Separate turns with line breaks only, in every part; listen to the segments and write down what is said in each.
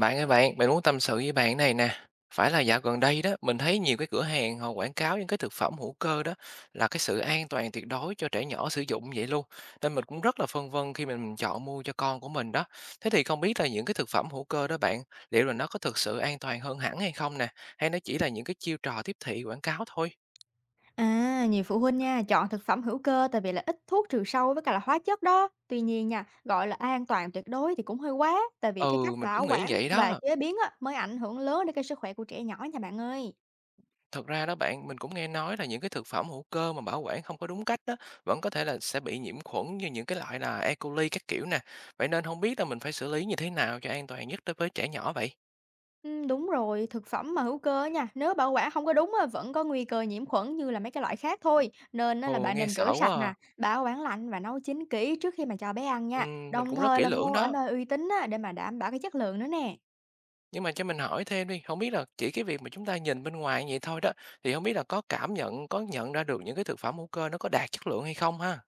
Bạn ơi bạn, mình muốn tâm sự với bạn này nè. Phải là dạo gần đây đó, mình thấy nhiều cái cửa hàng họ quảng cáo những cái thực phẩm hữu cơ đó là cái sự an toàn tuyệt đối cho trẻ nhỏ sử dụng vậy luôn. Nên mình cũng rất là phân vân khi mình chọn mua cho con của mình đó. Thế thì không biết là những cái thực phẩm hữu cơ đó bạn, liệu là nó có thực sự an toàn hơn hẳn hay không nè? Hay nó chỉ là những cái chiêu trò tiếp thị quảng cáo thôi?
À, nhiều phụ huynh nha, chọn thực phẩm hữu cơ tại vì là ít thuốc trừ sâu với cả là hóa chất đó. Tuy nhiên nha, gọi là an toàn tuyệt đối thì cũng hơi quá, tại vì cái
Ừ,
cách
mình
bảo
cũng nghĩ
quản
vậy
và
đó.
chế biến á, mới ảnh hưởng lớn đến cái sức khỏe của trẻ nhỏ nha bạn ơi.
Thật ra đó bạn, mình cũng nghe nói là những cái thực phẩm hữu cơ mà bảo quản không có đúng cách đó vẫn có thể là sẽ bị nhiễm khuẩn như những cái loại là E. coli các kiểu nè. Vậy nên không biết là mình phải xử lý như thế nào cho an toàn nhất đối với trẻ nhỏ vậy?
Ừ, đúng rồi, thực phẩm mà hữu cơ á nha, nếu bảo quản không có đúng á, vẫn có nguy cơ nhiễm khuẩn như là mấy cái loại khác thôi. Nên á là
Ồ,
bạn
nghe
nên rửa
sợ quá
sạch nè,
à.
bảo quản lạnh và nấu chín kỹ trước khi mà cho bé ăn nha.
Mình
Đồng
cũng rất
thời
kỹ
là
lưỡng
mua ở
đó.
nơi uy tín á, để mà đảm bảo cái chất lượng nữa nè.
Nhưng mà cho mình hỏi thêm đi, không biết là chỉ cái việc mà chúng ta nhìn bên ngoài vậy thôi đó thì không biết là có cảm nhận, có nhận ra được những cái thực phẩm hữu cơ nó có đạt chất lượng hay không ha?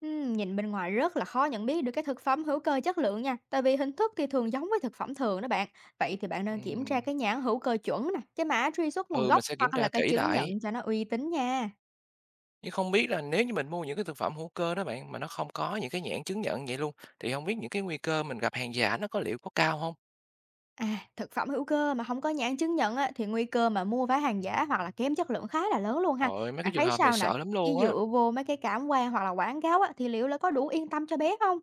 Nhìn bên ngoài rất là khó nhận biết được cái thực phẩm hữu cơ chất lượng nha, tại vì hình thức thì thường giống với thực phẩm thường đó bạn. Vậy thì bạn nên kiểm tra
Ừm,
cái nhãn hữu cơ chuẩn nè, cái mã truy xuất nguồn
ừ,
gốc
mình sẽ kiểm
hoặc là
tra
cái
kỹ
chứng
lại.
nhận cho nó uy tín nha.
Nhưng không biết là nếu như mình mua những cái thực phẩm hữu cơ đó bạn, mà nó không có những cái nhãn chứng nhận vậy luôn, thì không biết những cái nguy cơ mình gặp hàng giả nó có liệu có cao không?
À, thực phẩm hữu cơ mà không có nhãn chứng nhận á, thì nguy cơ mà mua phải hàng giả hoặc là kém chất lượng khá là lớn luôn ha.
Rồi mấy cái
Bạn
trường
thấy
hợp này
sao nè?
sợ lắm
Chỉ
luôn á.
dựa vô mấy cái cảm quan hoặc là quảng cáo á, thì liệu là có đủ yên tâm cho bé không?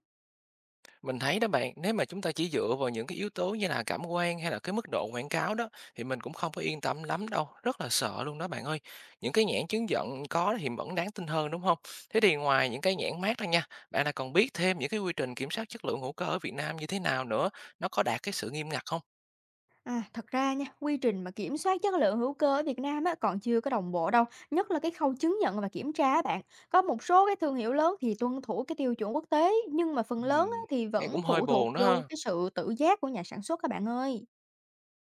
Mình thấy đó bạn, nếu mà chúng ta chỉ dựa vào những cái yếu tố như là cảm quan hay là cái mức độ quảng cáo đó, thì mình cũng không có yên tâm lắm đâu, rất là sợ luôn đó bạn ơi. Những cái nhãn chứng nhận có thì vẫn đáng tin hơn, đúng không? Thế thì ngoài những cái nhãn mác ra nha, bạn lại còn biết thêm những cái quy trình kiểm soát chất lượng hữu cơ ở Việt Nam như thế nào nữa? Nó có đạt cái sự nghiêm ngặt không?
À, thật ra nha, quy trình mà kiểm soát chất lượng hữu cơ ở Việt Nam á, còn chưa có đồng bộ đâu, nhất là cái khâu chứng nhận và kiểm tra á bạn. Có một số cái thương hiệu lớn thì tuân thủ cái tiêu chuẩn quốc tế, nhưng mà phần lớn á,
Ừm,
thì
nghe
vẫn
cũng hơi
phụ thuộc
buồn đó
vô
ha.
cái sự tự giác của nhà sản xuất các bạn ơi.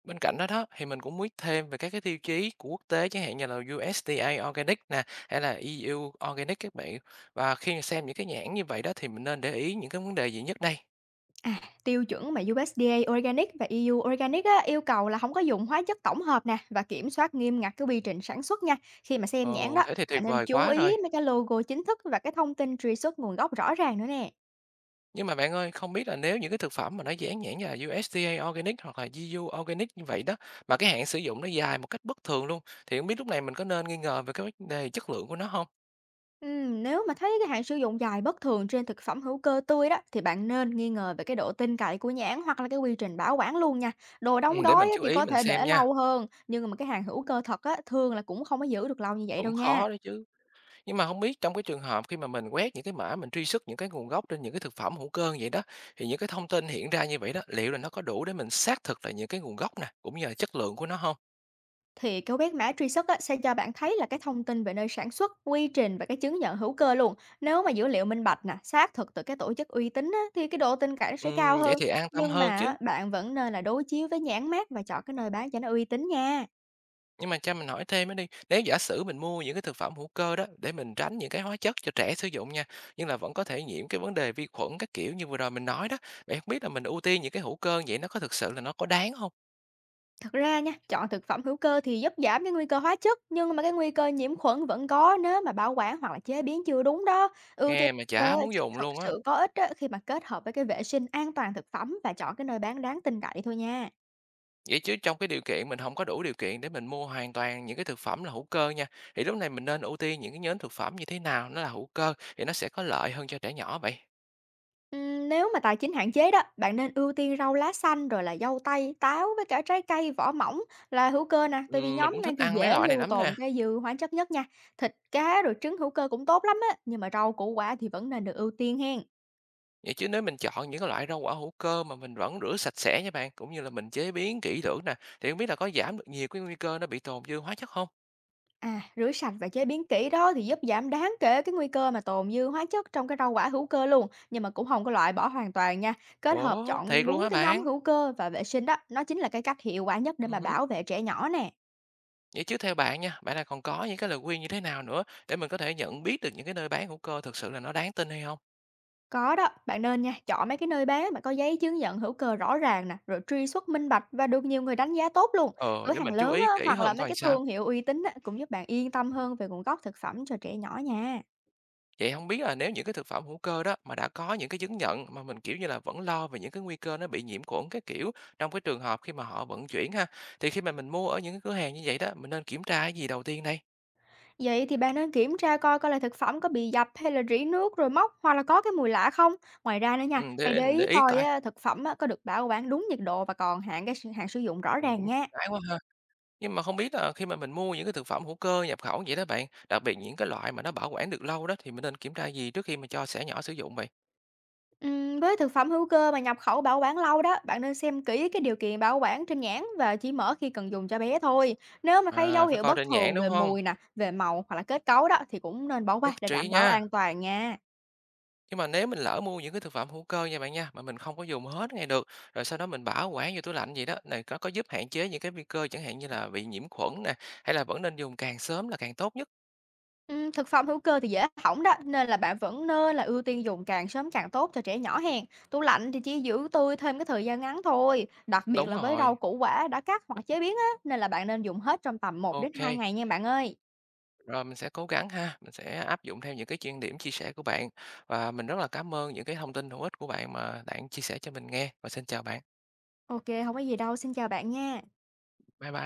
Bên cạnh đó đó thì mình cũng biết thêm về các cái tiêu chí của quốc tế chẳng hạn như là USDA Organic nè hay là EU Organic các bạn. Và khi mà xem những cái nhãn như vậy đó thì mình nên để ý những cái vấn đề gì nhất đây?
À, tiêu chuẩn mà USDA Organic và EU Organic á, yêu cầu là không có dùng hóa chất tổng hợp nè và kiểm soát nghiêm ngặt cái quy trình sản xuất nha. Khi mà xem nhãn
Ồ,
đó,
thế thì
bạn
tuyệt
nên
vời
chú
quá
ý
rồi.
mấy cái logo chính thức và cái thông tin truy xuất nguồn gốc rõ ràng nữa nè.
Nhưng mà bạn ơi, không biết là nếu những cái thực phẩm mà nó dán nhãn như là USDA Organic hoặc là EU Organic như vậy đó mà cái hạn sử dụng nó dài một cách bất thường luôn thì không biết lúc này mình có nên nghi ngờ về cái vấn đề chất lượng của nó không?
Nếu mà thấy cái hạn sử dụng dài bất thường trên thực phẩm hữu cơ tươi đó thì bạn nên nghi ngờ về cái độ tin cậy của nhãn hoặc là cái quy trình bảo quản luôn nha. Đồ
Ừ,
đóng
để
gói
mình
á,
chú
thì
ý
có
mình
thể
xem
để
nha.
lâu hơn, nhưng mà cái hàng hữu cơ thật á, thường là cũng không có giữ được lâu như vậy đâu
Cũng
nha.
khó đấy chứ. Nhưng mà không biết trong cái trường hợp khi mà mình quét những cái mã mình truy xuất những cái nguồn gốc trên những cái thực phẩm hữu cơ như vậy đó, thì những cái thông tin hiện ra như vậy đó, liệu là nó có đủ để mình xác thực là những cái nguồn gốc nè, cũng như là chất lượng của nó không?
Thì cái quét mã truy xuất á, sẽ cho bạn thấy là cái thông tin về nơi sản xuất, quy trình và cái chứng nhận hữu cơ luôn. Nếu mà dữ liệu minh bạch nè, xác thực từ cái tổ chức uy tín á, thì cái độ tin cậy nó sẽ cao
Vậy
hơn.
thì an tâm
Nhưng mà
hơn
á,
chứ.
bạn vẫn nên là đối chiếu với nhãn mác và chọn cái nơi bán cho nó uy tín nha.
Nhưng mà cho mình hỏi thêm nữa đi, nếu giả sử mình mua những cái thực phẩm hữu cơ đó để mình tránh những cái hóa chất cho trẻ sử dụng nha, nhưng là vẫn có thể nhiễm cái vấn đề vi khuẩn các kiểu như vừa rồi mình nói đó, vậy không biết là mình ưu tiên những cái hữu cơ vậy nó có thực sự là nó có đáng không?
Thật ra nha, chọn thực phẩm hữu cơ thì giúp giảm cái nguy cơ hóa chất, nhưng mà cái nguy cơ nhiễm khuẩn vẫn có nếu mà bảo quản hoặc là chế biến chưa đúng đó. Ưu tiên
Nghe mà chả
hữu
muốn
chỉ
dùng
thực
luôn á.
sự có ích á, khi mà kết hợp với cái vệ sinh an toàn thực phẩm và chọn cái nơi bán đáng tin cậy thôi nha.
Vậy chứ trong cái điều kiện mình không có đủ điều kiện để mình mua hoàn toàn những cái thực phẩm là hữu cơ nha, thì lúc này mình nên ưu tiên những cái nhóm thực phẩm như thế nào nó là hữu cơ thì nó sẽ có lợi hơn cho trẻ nhỏ vậy?
Nếu mà tài chính hạn chế đó, bạn nên ưu tiên rau lá xanh rồi là dâu tây, táo với cả trái cây vỏ mỏng là hữu cơ nè, tại vì
Mình
nhóm
cũng
này
thích
thì
ăn mấy
dễ
loại này
lưu
lắm nè.
tồn cái dư hóa chất nhất nha. Thịt cá rồi trứng hữu cơ cũng tốt lắm á, nhưng mà rau củ quả thì vẫn nên được ưu tiên hen.
Vậy chứ nếu mình chọn những cái loại rau quả hữu cơ mà mình vẫn rửa sạch sẽ nha bạn, cũng như là mình chế biến kỹ lưỡng nè, thì không biết là có giảm được nhiều cái nguy cơ nó bị tồn dư hóa chất không?
À, rửa sạch và chế biến kỹ đó thì giúp giảm đáng kể cái nguy cơ mà tồn dư hóa chất trong cái rau quả hữu cơ luôn, nhưng mà cũng không có loại bỏ hoàn toàn nha. Kết hợp
Ủa,
chọn
thiệt luôn
đúng
hả
cái nhóm
bạn?
hữu cơ và vệ sinh đó, nó chính là cái cách hiệu quả nhất để mà
Ừm.
bảo vệ trẻ nhỏ nè.
Vậy chứ theo bạn nha, bạn là còn có những cái lời khuyên như thế nào nữa để mình có thể nhận biết được những cái nơi bán hữu cơ thực sự là nó đáng tin hay không?
Có đó, bạn nên nha, chọn mấy cái nơi bán mà có giấy chứng nhận hữu cơ rõ ràng nè, rồi truy xuất minh bạch và được nhiều người đánh giá tốt luôn.
Ờ,
Cửa
để
hàng
mình chú
lớn
ý
á,
kỹ
hoặc là
hơn
mấy
coi
cái thương
sao.
hiệu uy tín á, cũng giúp bạn yên tâm hơn về nguồn gốc thực phẩm cho trẻ nhỏ nha.
Vậy không biết là nếu những cái thực phẩm hữu cơ đó mà đã có những cái chứng nhận mà mình, kiểu như là, vẫn lo về những cái nguy cơ nó bị nhiễm khuẩn cái kiểu trong cái trường hợp khi mà họ vận chuyển ha, thì khi mà mình mua ở những cái cửa hàng như vậy đó, mình nên kiểm tra cái gì đầu tiên đây?
Vậy thì bạn nên kiểm tra coi coi là thực phẩm có bị dập hay là rỉ nước rồi mốc hoặc là có cái mùi lạ không. Ngoài ra nữa nha, hãy để ý
Để ý
coi
coi.
á, thực phẩm á, có được bảo quản đúng nhiệt độ và còn hạn hạn sử dụng rõ
Ồ,
ràng
cũng
nha.
ngại quá ha. Nhưng mà không biết là khi mà mình mua những cái thực phẩm hữu cơ nhập khẩu vậy đó bạn, đặc biệt những cái loại mà nó bảo quản được lâu đó thì mình nên kiểm tra gì trước khi mà cho trẻ nhỏ sử dụng vậy?
Với thực phẩm hữu cơ mà nhập khẩu bảo quản lâu đó, bạn nên xem kỹ cái điều kiện bảo quản trên nhãn và chỉ mở khi cần dùng cho bé thôi. Nếu mà thấy dấu
À, phải
hiệu
coi
bất
trên nhãn,
thường
đúng
về
không?
mùi nè, về màu hoặc là kết cấu đó thì cũng nên bỏ qua
Nhất
để
trí
đảm bảo
nha.
an toàn nha.
Nhưng mà nếu mình lỡ mua những cái thực phẩm hữu cơ nha bạn nha, mà mình không có dùng hết ngay được, rồi sau đó mình bảo quản vô tủ lạnh vậy đó, này nó có giúp hạn chế những cái nguy cơ chẳng hạn như là bị nhiễm khuẩn nè, hay là vẫn nên dùng càng sớm là càng tốt nhất?
Thực phẩm hữu cơ thì dễ hỏng đó, nên là bạn vẫn nên là ưu tiên dùng càng sớm càng tốt cho trẻ nhỏ hèn. Tủ lạnh thì chỉ giữ tươi thêm cái thời gian ngắn thôi, đặc biệt
Đúng
là với rau
rồi.
củ quả đã cắt hoặc chế biến á, nên là bạn nên dùng hết trong tầm một đến 2
OK,
ngày nha bạn ơi.
rồi mình sẽ cố gắng ha, mình sẽ áp dụng theo những cái chuyên điểm chia sẻ của bạn và mình rất là cảm ơn những cái thông tin hữu ích của bạn mà bạn chia sẻ cho mình nghe và xin chào bạn.
OK, không có gì đâu, xin chào bạn nha.
Bye bye.